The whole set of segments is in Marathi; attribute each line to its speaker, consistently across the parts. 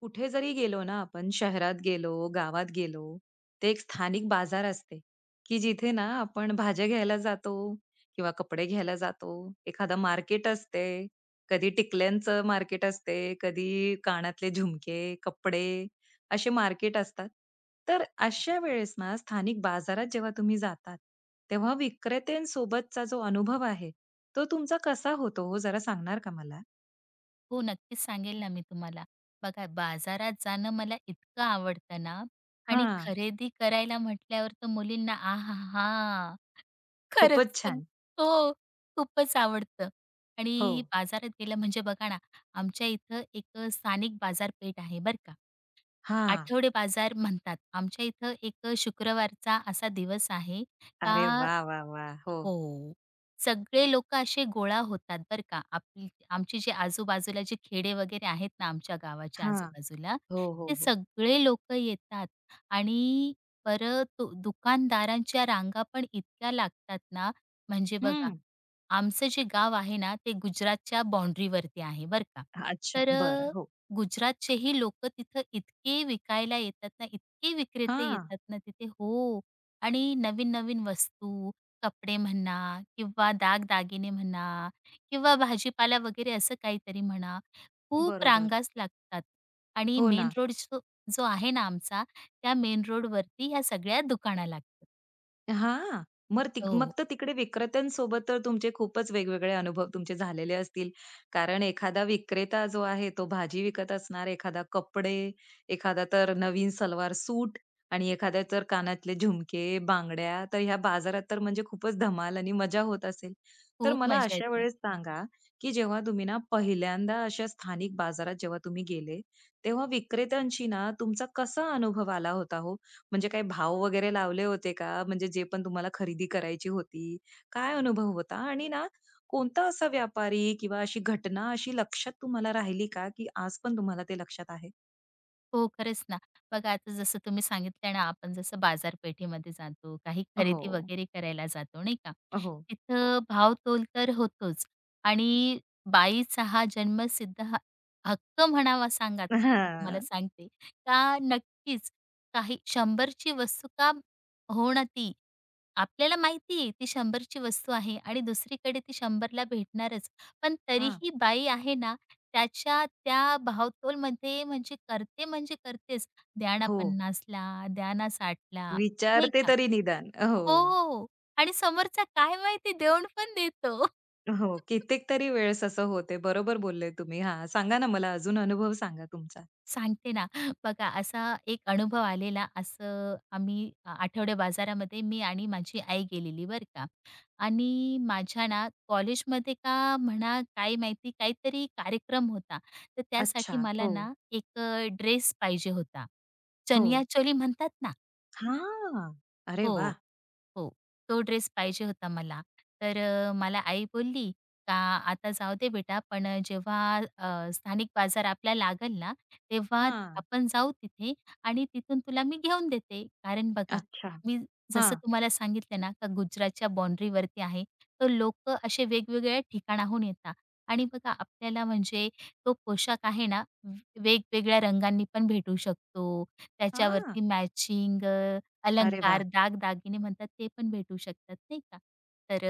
Speaker 1: कुठे जरी गेलो ना आपण, शहरात गेलो, गावात गेलो, ते एक स्थानिक बाजार असते, की जिथे ना आपण भाज्या घ्यायला जातो किंवा कपडे घ्यायला जातो. एखादा मार्केट असते, कधी टिकल्यांचं मार्केट असते, कधी कानातले झुमके, कपडे असे मार्केट असतात. तर अशा वेळेस ना स्थानिक बाजारात जेव्हा तुम्ही जातात, तेव्हा विक्रेत्यांसोबतचा जो अनुभव आहे, तो तुमचा कसा होतो हो? जरा सांगणार का मला?
Speaker 2: हो, नक्कीच सांगेल ना मी तुम्हाला. बघा बाजारात जाणं मला इतकं आवडतं ना आणि
Speaker 1: हां,
Speaker 2: खरेदी करायला म्हटल्यावर तर मुलींना आहाहा! खरंच
Speaker 1: खूपच
Speaker 2: सग
Speaker 1: छान.
Speaker 2: हो, खूपच आवडतं.
Speaker 1: हो.
Speaker 2: आणि बाजारात गेलं म्हणजे बघा ना, आमच्या इथं एक स्थानिक बाजारपेठ आहे बरं का.
Speaker 1: हां.
Speaker 2: आठवडे बाजार म्हणतात. आमच्या इथं एक शुक्रवारचा असा दिवस आहे
Speaker 1: अरे
Speaker 2: का
Speaker 1: वा, वा, वा, हो.
Speaker 2: हो. सगळे लोक असे गोळा होतात बरं का. आमची जे आजूबाजूला जे खेडे वगैरे आहेत ना आमच्या गावाच्या
Speaker 1: हां.
Speaker 2: आजूबाजूला,
Speaker 1: हो, हो,
Speaker 2: ते
Speaker 1: हो.
Speaker 2: सगळे लोक येतात आणि परत दुकानदारांच्या रांगा पण इतक्या लागतात ना, म्हणजे बघा,
Speaker 1: हं.
Speaker 2: आमचं जे गाव आहे ना, ते गुजरातच्या बाउंडरीवरती आहे बरं का.
Speaker 1: अच्छा.
Speaker 2: तर
Speaker 1: बरं. हो.
Speaker 2: गुजरातचेही लोकं तिथं इतके विकायला येतात ना, इतके विक्रेते
Speaker 1: हां.
Speaker 2: येतात ना तिथे हो. आणि नवीन-नवीन वस्तू कपडे म्हणा किंवा दागदागिने म्हणा किंवा भाजीपाला वगैरे असं काहीतरी म्हणा, खूप
Speaker 1: बरोबर.
Speaker 2: रांगाच लागतात आणि
Speaker 1: हो
Speaker 2: मेन
Speaker 1: ना.
Speaker 2: रोड जो जो आहे ना आमचा, त्या मेन रोडवरती ह्या सगळ्या दुकाना लागतात.
Speaker 1: हां. मग तिक मग
Speaker 2: हो,
Speaker 1: तर तिकडे विक्रेत्यांसोबत तर तुमचे खूपच वेगवेगळे अनुभव तुमचे झालेले असतील. कारण एखादा विक्रेता जो आहे तो भाजी विकत असणार, एखादा कपडे, एखादा तर नवीन सलवार सूट आणि एखाद्या तर कानातले झुमके, बांगड्या. तर ह्या बाजारात तर म्हणजे खूपच धमाल आणि मजा होत असेल. तर
Speaker 2: खूप
Speaker 1: मला
Speaker 2: मजा
Speaker 1: अशा
Speaker 2: येते.
Speaker 1: वेळेस सांगा, की जेव्हा तुम्ही ना पहिल्यांदा अशा स्थानिक बाजारात जेव्हा तुम्ही गेले, तेव्हा विक्रेत्यांशी ना तुमचा कसा अनुभव आला होता हो? म्हणजे काही भाव वगैरे लावले होते का? म्हणजे जे पण तुम्हाला खरेदी करायची होती? काय अनुभव होता? आणि ना कोणता असा व्यापारी किंवा अशी घटना अशी लक्षात तुम्हाला राहिली का, की आज पण तुम्हाला ते लक्षात आहे?
Speaker 2: हो, खरंच ना. बघा आता जसं तुम्ही सांगितलं ना, आपण जसं बाजारपेठेमध्ये जातो, काही खरेदी
Speaker 1: हो,
Speaker 2: वगैरे करायला जातो, नाही का?
Speaker 1: हो.
Speaker 2: तिथं भावतोल तर होतोच आणि बाईचा हा जन्मसिद्ध हक्क म्हणावा सांगा, मी तुम्हाला
Speaker 1: हां.
Speaker 2: सांगते का नक्कीच काही 100 ची वस्तू का ती, आपल्याला माहिती आहे ती 100 वस्तू आहे आणि दुसरीकडे ती 100 भेटणारच. पण
Speaker 1: हां.
Speaker 2: तरीही बाई आहे ना, त्याच्या त्या भावतोलमध्ये म्हणजे करते म्हणजे करतेच. द्या ना
Speaker 1: हो.
Speaker 2: 50 ला, द्या ना 60 ला, नाही
Speaker 1: विचारते
Speaker 2: का?
Speaker 1: तरी निदान. हो,
Speaker 2: हो. आणि समोरचा काय माहिती देऊन पण देतो.
Speaker 1: हो. कित्येक तरी वेळेस असं होते. बरोबर बोलले तुम्ही. हां, सांगा ना मला अजून अनुभव सांगा तुमचा?
Speaker 2: सांगते ना. बघा असा एक अनुभव आलेला. असं आम्ही आठवडे बाजारामध्ये मी आणि माझी आई गेलेली बरं का. आणि माझ्या ना कॉलेजमध्ये का म्हणा काय माहिती काहीतरी कार्यक्रम होता. तर त्यासाठी
Speaker 1: अच्छा.
Speaker 2: मला
Speaker 1: हो,
Speaker 2: ना एक ड्रेस पाहिजे होता.
Speaker 1: हो.
Speaker 2: चनिया-चोली म्हणतात ना.
Speaker 1: हां. अरे
Speaker 2: हो,
Speaker 1: वाह!
Speaker 2: हो. तो ड्रेस पाहिजे होता मला. तर मला आई बोलली का "आता जाऊ दे बेटा, पण जेव्हा स्थानिक बाजार आपल्याला लागेल ना, तेव्हा
Speaker 1: हां.
Speaker 2: आपण जाऊ तिथे आणि तिथून तुला मी घेऊन देते." कारण बघा,
Speaker 1: अच्छा.
Speaker 2: मी जसं
Speaker 1: हां.
Speaker 2: तुम्हाला सांगितलं ना का गुजरातच्या बाउंडरीवरती आहे, तर लोकं असे वेगवेगळ्या ठिकाणाहून येतात आणि बघा आपल्याला म्हणजे तो पोशाख आहे ना, वेगवेगळ्या रंगांनी पण भेटू शकतो.
Speaker 1: हां.
Speaker 2: त्याच्यावरती मॅचिंग
Speaker 1: अरे
Speaker 2: अलंकार,
Speaker 1: वाह!
Speaker 2: दागदागिने म्हणतात ते पण भेटू शकतात, नाही का. तर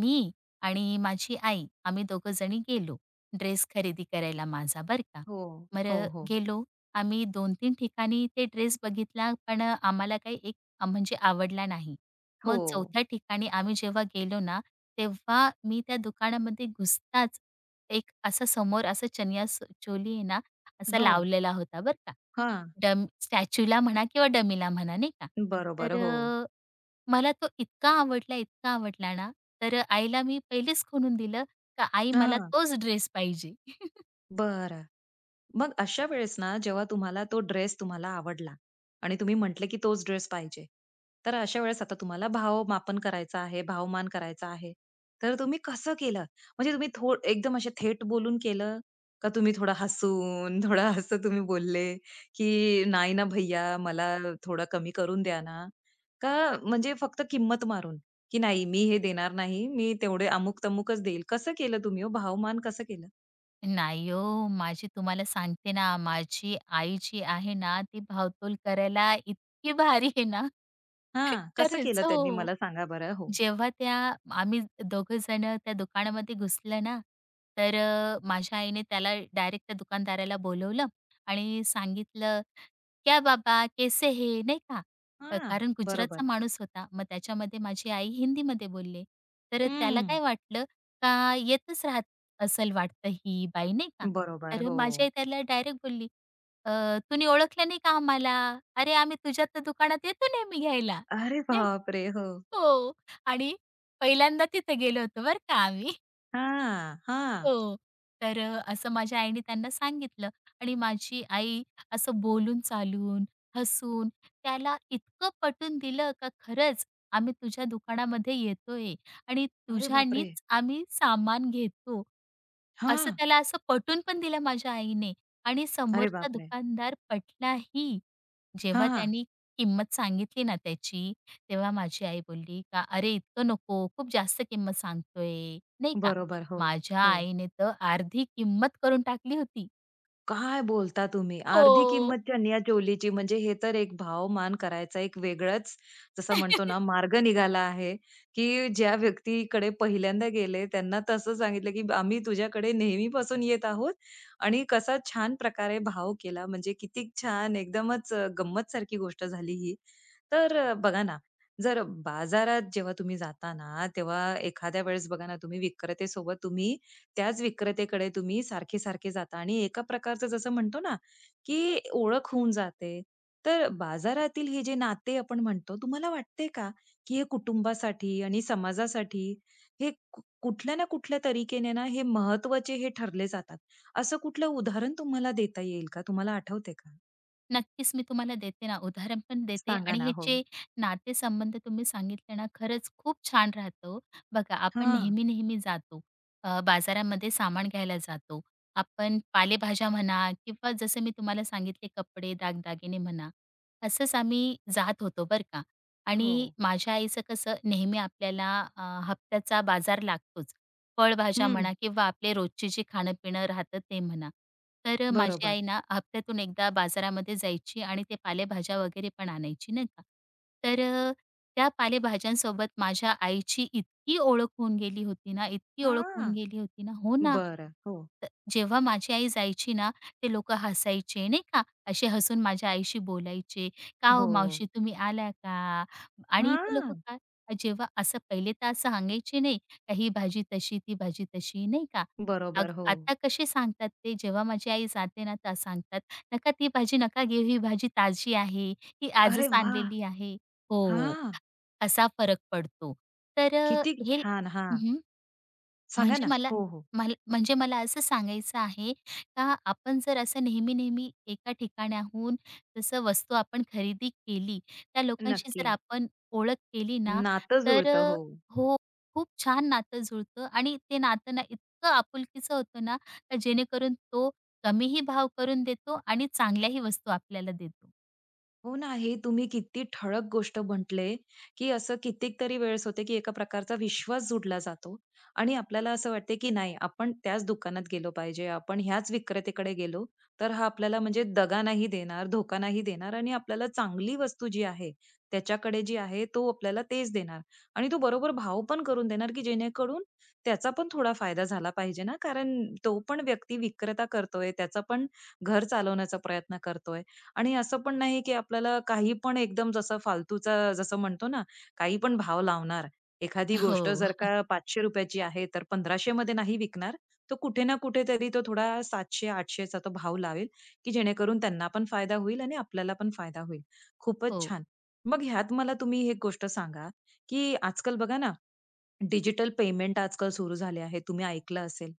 Speaker 2: मी आणि माझी आई आम्ही दोघं जणी गेलो ड्रेस खरेदी करायला माझा बरं का.
Speaker 1: हो,
Speaker 2: बरं
Speaker 1: हो, हो.
Speaker 2: गेलो आम्ही 2 तीन ठिकाणी ते ड्रेस बघितला पण आम्हाला काही एक म्हणजे आवडला नाही.
Speaker 1: हो,
Speaker 2: मग चौथ्या ठिकाणी आम्ही जेव्हा गेलो ना, तेव्हा मी त्या दुकानामध्ये घुसताच एक असा समोर असा चनिया सो चोली आहे ना, असा
Speaker 1: हो.
Speaker 2: लावलेला होता बरं का.
Speaker 1: हां,
Speaker 2: डम स्टॅच्यूला म्हणा किंवा डमीला म्हणा नाही का.
Speaker 1: बरोबर.
Speaker 2: तर
Speaker 1: हो.
Speaker 2: मला तो इतका आवडला, इतका आवडला ना, तर आईला मी पहिलेच खणून दिलं, का आई मला
Speaker 1: हां,
Speaker 2: तोच ड्रेस पाहिजे.
Speaker 1: बरं. मग अशा वेळेस ना, जेव्हा तुम्हाला तो ड्रेस तुम्हाला आवडला आणि तुम्ही म्हटले, की तोच ड्रेस पाहिजे. तर अशा वेळेस आता तुम्हाला भावमापन करायचं आहे, भावमान करायचा आहे. तर तुम्ही कसं केलं? म्हणजे तुम्ही थो एकदम असे थेट बोलून केलं? का तुम्ही थोडं हसून, थोडं असं तुम्ही बोलले, की "नाही ना भैय्या, मला थोडं कमी करून द्या ना." का म्हणजे फक्त किंमत मारून, की "नाही, मी हे देणार नाही. मी तेवढे अमुक-तमुकच देईल." कसं केलं तुम्ही हो? भावमान कसं केलं?
Speaker 2: नाही हो, माझी तुम्हाला सांगते ना, माझी आई जी आहे ना, ती भावतोल करायला इतकी भारी आहे ना.
Speaker 1: हां, कसं
Speaker 2: खरंच.
Speaker 1: केलं
Speaker 2: हो.
Speaker 1: त्यांनी मला सांगा बरं? हो.
Speaker 2: जेव्हा त्या आम्ही दोघं जण त्या दुकानामध्ये घुसलं ना, तर माझ्या आईने त्याला डायरेक्ट त्या दुकानदाराला बोलवलं आणि सांगितलं, "क्या बाबा केसे हे? नाही का.
Speaker 1: हां,
Speaker 2: कारण गुजरातचा
Speaker 1: बरोबर.
Speaker 2: माणूस होता. मग त्याच्यामध्ये माझी आई हिंदीमध्ये बोलले. तर त्याला
Speaker 1: हं,
Speaker 2: काय वाटलं का येतच राहत असेल वाटतं ही बाई नाही का.
Speaker 1: बरोबर.
Speaker 2: तर
Speaker 1: हो.
Speaker 2: माझी आई त्याला डायरेक्ट बोलली, "अ, तुम्ही ओळखलं नाही का आम्हाला? अरे, आम्ही तुझ्या तर दुकानात येतो नेहमी घ्यायला."
Speaker 1: अरे
Speaker 2: नाही
Speaker 1: बापरे! हो.
Speaker 2: हो आणि पहिल्यांदा तिथे गेलो होतो बरं का आम्ही.
Speaker 1: हां, हां.
Speaker 2: हो. तर असं माझ्या आईने त्यांना सांगितलं आणि माझी आई असं बोलून चालून, हसून त्याला इतकं पटवून दिलं का खरंच आम्ही तुझ्या दुकानामध्ये येतोय आणि
Speaker 1: अरे बापरे!
Speaker 2: तुझ्यानीच आम्ही सामान घेतो. असं
Speaker 1: हां.
Speaker 2: त्याला असं पटवून पण दिलं माझ्या आईने आणि
Speaker 1: अरे
Speaker 2: समोरचा
Speaker 1: बापरे!
Speaker 2: दुकानदार पटलाही. जेव्हा
Speaker 1: हां,
Speaker 2: त्यांनी किंमत सांगितली ना त्याची, तेव्हा माझी आई बोलली का "अरे, इतकं नको, खूप जास्त किंमत सांगतोय." नाही का?
Speaker 1: बरोबर. हो,
Speaker 2: माझ्या
Speaker 1: हो.
Speaker 2: आईने तर अर्धी किंमत करून टाकली होती.
Speaker 1: काय बोलता तुम्ही? अर्धी
Speaker 2: हो.
Speaker 1: किंमत चनिया चोलीची म्हणजे हे तर एक भाव-मान करायचा एक वेगळाच जसं म्हणतो ना मार्ग निघाला आहे, की ज्या व्यक्तीकडे पहिल्यांदा गेले त्यांना तसं सांगितलं, की आम्ही तुझ्याकडे नेहमीपासून येत आहोत आणि कसा छान प्रकारे भाव केला म्हणजे किती छान एकदमच गंमतसारखी गोष्ट झाली ही. तर बघा ना, जर बाजारात जेव्हा तुम्ही जाता ना, तेव्हा एखाद्या वेळेस बघा ना, तुम्ही विक्रेतेसोबत तुम्ही त्याच विक्रेत्याकडे तुम्ही सारखे-सारखे जाता आणि एका प्रकारचं जसं म्हणतो ना, की ओळख होऊन जाते. तर बाजारातील हे जे नाते आपण म्हणतो, तुम्हाला वाटते का, की हे कुटुंबासाठी आणि समाजासाठी हे कु कुठल्या ना कुठल्या तरीकेने ना हे महत्त्वाचे हे ठरले जातात. असं कुठलं उदाहरण तुम्हाला देता येईल का? तुम्हाला आठवते का?
Speaker 2: नक्कीच मी तुम्हाला देते ना, उदाहरण पण देते
Speaker 1: सांगा
Speaker 2: आणि
Speaker 1: ना.
Speaker 2: हे
Speaker 1: हो.
Speaker 2: जे नातेसंबंध तुम्ही सांगितले ना, खरंच खूप छान राहतं हो. बघा आपण
Speaker 1: हां.
Speaker 2: नेहमी-नेहमी जातो. बाजारामध्ये सामान घ्यायला जातो. आपण पालेभाज्या म्हणा किंवा जसं मी तुम्हाला सांगितले कपडे, दागदागिने म्हणा, असंच आम्ही जात होतो बरं का
Speaker 1: हो.
Speaker 2: आणि माझ्या आईचं कसं नेहमी आपल्याला हप्त्याचा बाजार लागतोच. फळभाज्या
Speaker 1: हं.
Speaker 2: म्हणा किंवा आपले रोजचे जी खाणं-पिणं राहतं ते म्हणा. तर माझी
Speaker 1: बरोबर.
Speaker 2: आई ना हप्त्यातून एकदा बाजारामध्ये जायची आणि ते पालेभाज्या वगैरे पण आणायची नाही का. तर त्या पालेभाज्यांसोबत माझ्या आईची इतकी ओळख होऊन गेली होती ना, इतकी ओळख होऊन
Speaker 1: हां.
Speaker 2: गेली होती ना हो ना.
Speaker 1: बरं. हो.
Speaker 2: त जेव्हा माझी आई जायची ना, ते लोकं हसायचे नाही का, असे हसून माझ्या आईशी बोलायचे, "का
Speaker 1: हो.
Speaker 2: हो मावशी तुम्ही आल्या का?" आणि ते लोकं
Speaker 1: हां.
Speaker 2: काय जेव्हा असं पहिले तर असं सांगायचे नाही. ही भाजी तशी, ती भाजी तशी, नाही का? अग
Speaker 1: बरोबर. हो.
Speaker 2: आता कसे सांगतात ते जेव्हा माझी आई जाते ना, तर सांगतात, "नका ती भाजी नका घेऊ, ही भाजी ताजी आहे, ही आजच
Speaker 1: अरे वाह!
Speaker 2: आणलेली आहे." हो,
Speaker 1: हां.
Speaker 2: असा फरक पडतो. तर अ,
Speaker 1: किती
Speaker 2: हे
Speaker 1: छान! हां.
Speaker 2: हं.
Speaker 1: सांगा
Speaker 2: म्हणजे
Speaker 1: ना.
Speaker 2: मला
Speaker 1: हो, हो.
Speaker 2: मला म्हणजे मला असं सांगायचं आहे का आपण जर असं नेहमी-नेहमी एका ठिकाणाहून जसं वस्तू आपण खरेदी केली, त्या लोकांशी जर
Speaker 1: नक्की.
Speaker 2: आपण ओळख केली ना,
Speaker 1: नातं
Speaker 2: तर
Speaker 1: जुळतं. हो.
Speaker 2: हो, खूप छान नातं जुळतं आणि ते नातं ना इतकं आपुलकीचं होतं ना, का जेणेकरून तो कमीही भाव करून देतो आणि चांगल्याही वस्तू आपल्याला देतो.
Speaker 1: हो ना, हे तुम्ही किती ठळक गोष्ट म्हटले, की असं कित्येक तरी वेळेस होते, की एका प्रकारचा विश्वास जुडला जातो आणि आपल्याला असं वाटते, की नाही आपण त्याच दुकानात गेलो पाहिजे, आपण ह्याच विक्रेत्याकडे गेलो, तर हा आपल्याला म्हणजे दगा नाही देणार, धोका नाही देणार आणि आपल्याला चांगली वस्तू जी आहे, त्याच्याकडे जी आहे, तो आपल्याला तेच देणार आणि तो बरोबर भाव पण करून देणार, की जेणेकरून त्याचा पण थोडा फायदा झाला पाहिजे ना, कारण तो पण व्यक्ती विक्रेता करतोय, त्याचा पण घर चालवण्याचा प्रयत्न करतोय. आणि असं पण नाही की आपल्याला काही पण एकदम जसं फालतूचा जसं म्हणतो ना, काही पण भाव लावणार. एखादी गोष्ट
Speaker 2: हो,
Speaker 1: जर का ₹500 ची आहे, तर 1500 मध्ये नाही विकणार. तो कुठे ना कुठेतरी तो थोडा 700-800 चा तो भाव लावेल, की जेणेकरून त्यांना पण फायदा होईल आणि आपल्याला पण फायदा होईल. खूपच
Speaker 2: हो.
Speaker 1: छान. मग ह्यात मला तुम्ही एक गोष्ट सांगा, की आजकाल बघा ना डिजिटल पेमेंट आजकाल सुरू झाले आहे. तुम्ही ऐकलं असेल.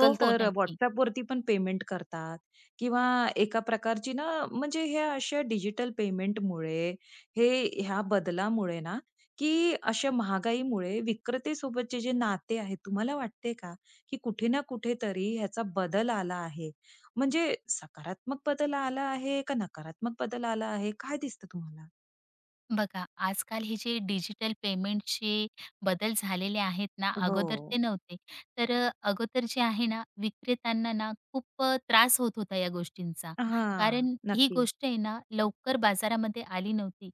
Speaker 2: हो, हो.
Speaker 1: तर
Speaker 2: नक्की.
Speaker 1: WhatsAppवरती पण पेमेंट करतात किंवा एका प्रकारची ना म्हणजे हे अशा डिजिटल पेमेंटमुळे हे ह्या बदलामुळे ना, की अशा महागाईमुळे विक्रेतेसोबतचे जे नाते आहे, तुम्हाला वाटते का, की कुठे ना कुठेतरी ह्याचा बदल आला आहे? म्हणजे सकारात्मक बदल आला आहे का नकारात्मक बदल आला आहे? काय दिसतं तुम्हाला?
Speaker 2: बघा, आजकाल हे जे डिजिटल पेमेंटचे बदल झालेले आहेत ना,
Speaker 1: हो.
Speaker 2: अगोदर ते नव्हते. तर अगोदर जे आहे ना, विक्रेत्यांना ना खूप त्रास होत होता या गोष्टींचा.
Speaker 1: हां,
Speaker 2: कारण ही
Speaker 1: नक्की.
Speaker 2: गोष्ट आहे ना, लवकर बाजारामध्ये आली नव्हती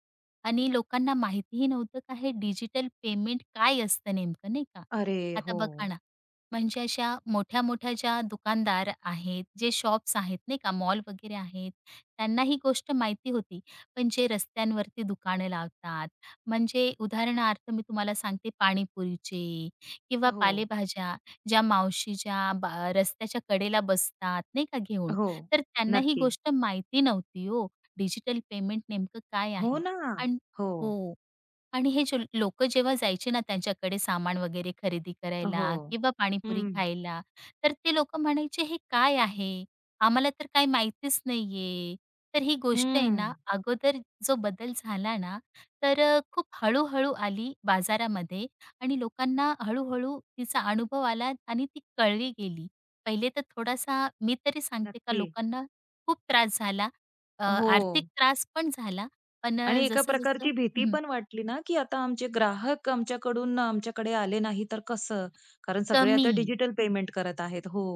Speaker 2: आणि लोकांना माहितीही नव्हतं का हे डिजिटल पेमेंट काय असतं नेमकं, नाही का?
Speaker 1: अरे!
Speaker 2: आता
Speaker 1: हो.
Speaker 2: बघा ना, म्हणजे अशा मोठ्या-मोठ्या ज्या दुकानदार आहेत, जे शॉप्स आहेत नाही का, मॉल वगैरे आहेत, त्यांना ही गोष्ट माहिती होती. पण जे रस्त्यांवरती दुकानं लावतात, म्हणजे उदाहरणार्थ मी तुम्हाला सांगते पाणीपुरीचे किंवा
Speaker 1: हो.
Speaker 2: पालेभाज्या, ज्या मावशी ज्या बा रस्त्याच्या कडेला बसतात, नाही का घेऊन,
Speaker 1: हो,
Speaker 2: तर त्यांना ही
Speaker 1: नक्की.
Speaker 2: गोष्ट माहिती नव्हती हो, डिजिटल पेमेंट नेमकं काय
Speaker 1: हो
Speaker 2: आहे?
Speaker 1: ना.
Speaker 2: आणि
Speaker 1: हो,
Speaker 2: हो. आणि हे जे लोकं जेव्हा जायचे ना त्यांच्याकडे सामान वगैरे खरेदी
Speaker 1: हो.
Speaker 2: करायला किंवा पाणीपुरी
Speaker 1: हं,
Speaker 2: खायला, तर ते लोकं म्हणायचे, "हे काय आहे? आम्हाला तर काही माहितीच नाहीये." तर ही गोष्ट आहे
Speaker 1: हं.
Speaker 2: ना, अगोदर जो बदल झाला ना, तर खूप हळू-हळू आली बाजारामध्ये आणि लोकांना हळू-हळू तिचा अनुभव आला आणि ती कळली गेली. पहिले तर थोडासा मी तरी सांगते का
Speaker 1: नक्की.
Speaker 2: लोकांना खूप त्रास झाला.
Speaker 1: हो
Speaker 2: आर्थिक त्रास पण झाला. पण
Speaker 1: आणि एका
Speaker 2: जसं-जसं
Speaker 1: प्रकारची भीती
Speaker 2: हं,
Speaker 1: पण वाटली ना, की आता आमचे ग्राहक आमच्याकडून आमच्याकडे आले नाही तर कसं? कारण सगळे
Speaker 2: कमी.
Speaker 1: आता डिजिटल पेमेंट करत आहेत. हो,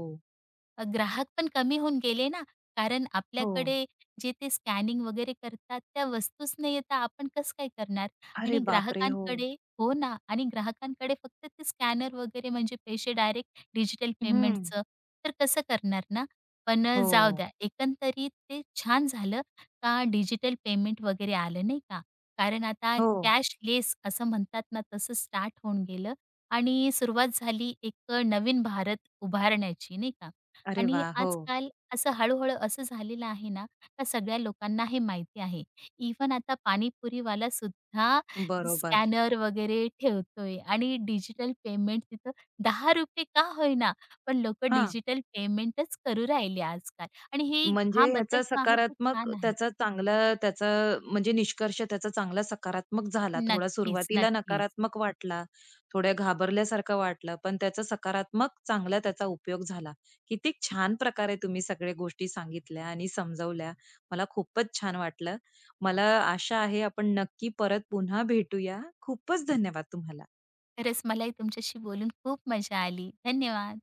Speaker 2: ग्राहक पण कमी होऊन गेले ना, कारण
Speaker 1: हो.
Speaker 2: आपल्याकडे जे ते स्कॅनिंग वगैरे करतात त्या वस्तूच नाही येत, तर आपण कसं काय करणार? आणि
Speaker 1: अरे बापरे! हो.
Speaker 2: ग्राहकांकडे हो ना, आणि ग्राहकांकडे फक्त ते स्कॅनर वगैरे म्हणजे पैसे डायरेक्ट डिजिटल
Speaker 1: हं.
Speaker 2: पेमेंटचं, तर कसं करणार ना? पण जाऊ
Speaker 1: हो,
Speaker 2: द्या, एकंदरीत ते छान झालं का डिजिटल पेमेंट वगैरे आलं नाही का? कारण आता
Speaker 1: हो.
Speaker 2: कॅशलेस असं म्हणतात ना, तसं स्टार्ट होऊन गेलं आणि सुरुवात झाली एक नवीन भारत उभारण्याची नाही का?
Speaker 1: अरे
Speaker 2: आणि
Speaker 1: वा, हो,
Speaker 2: आजकाल असं हळू-हळू असं झालेलं आहे ना, का सगळ्या लोकांना हे माहिती आहे. इव्हन आता पाणीपुरीवाला सुद्धा
Speaker 1: बरोबर.
Speaker 2: स्कॅनर वगैरे ठेवतोय आणि डिजिटल पेमेंट तिथं ₹10 का होईना, पण लोकं
Speaker 1: हां.
Speaker 2: डिजिटल पेमेंटच करू राहिले आजकाल आणि हे
Speaker 1: म्हणजे
Speaker 2: हा बदल
Speaker 1: ह्याचा
Speaker 2: जो आहे तो
Speaker 1: सकारात्मक
Speaker 2: छान आहे.
Speaker 1: त्याचा चांगला त्याचा म्हणजे निष्कर्ष त्याचा चांगला सकारात्मक झाला. थोडा
Speaker 2: नक्कीच,
Speaker 1: सुरुवातीला
Speaker 2: नक्कीच.
Speaker 1: नकारात्मक वाटला, थोड्या घाबरल्यासारखं वाटलं, पण त्याचा सकारात्मक चांगला त्याचा उपयोग झाला. किती छान प्रकारे तुम्ही सगळ्या गोष्टी सांगितल्या आणि समजवल्या. मला खूपच छान वाटलं. मला आशा आहे आपण नक्की परत पुन्हा भेटूया. खूपच धन्यवाद तुम्हाला.
Speaker 2: खरंच मलाही तुमच्याशी बोलून खूप मजा आली. धन्यवाद.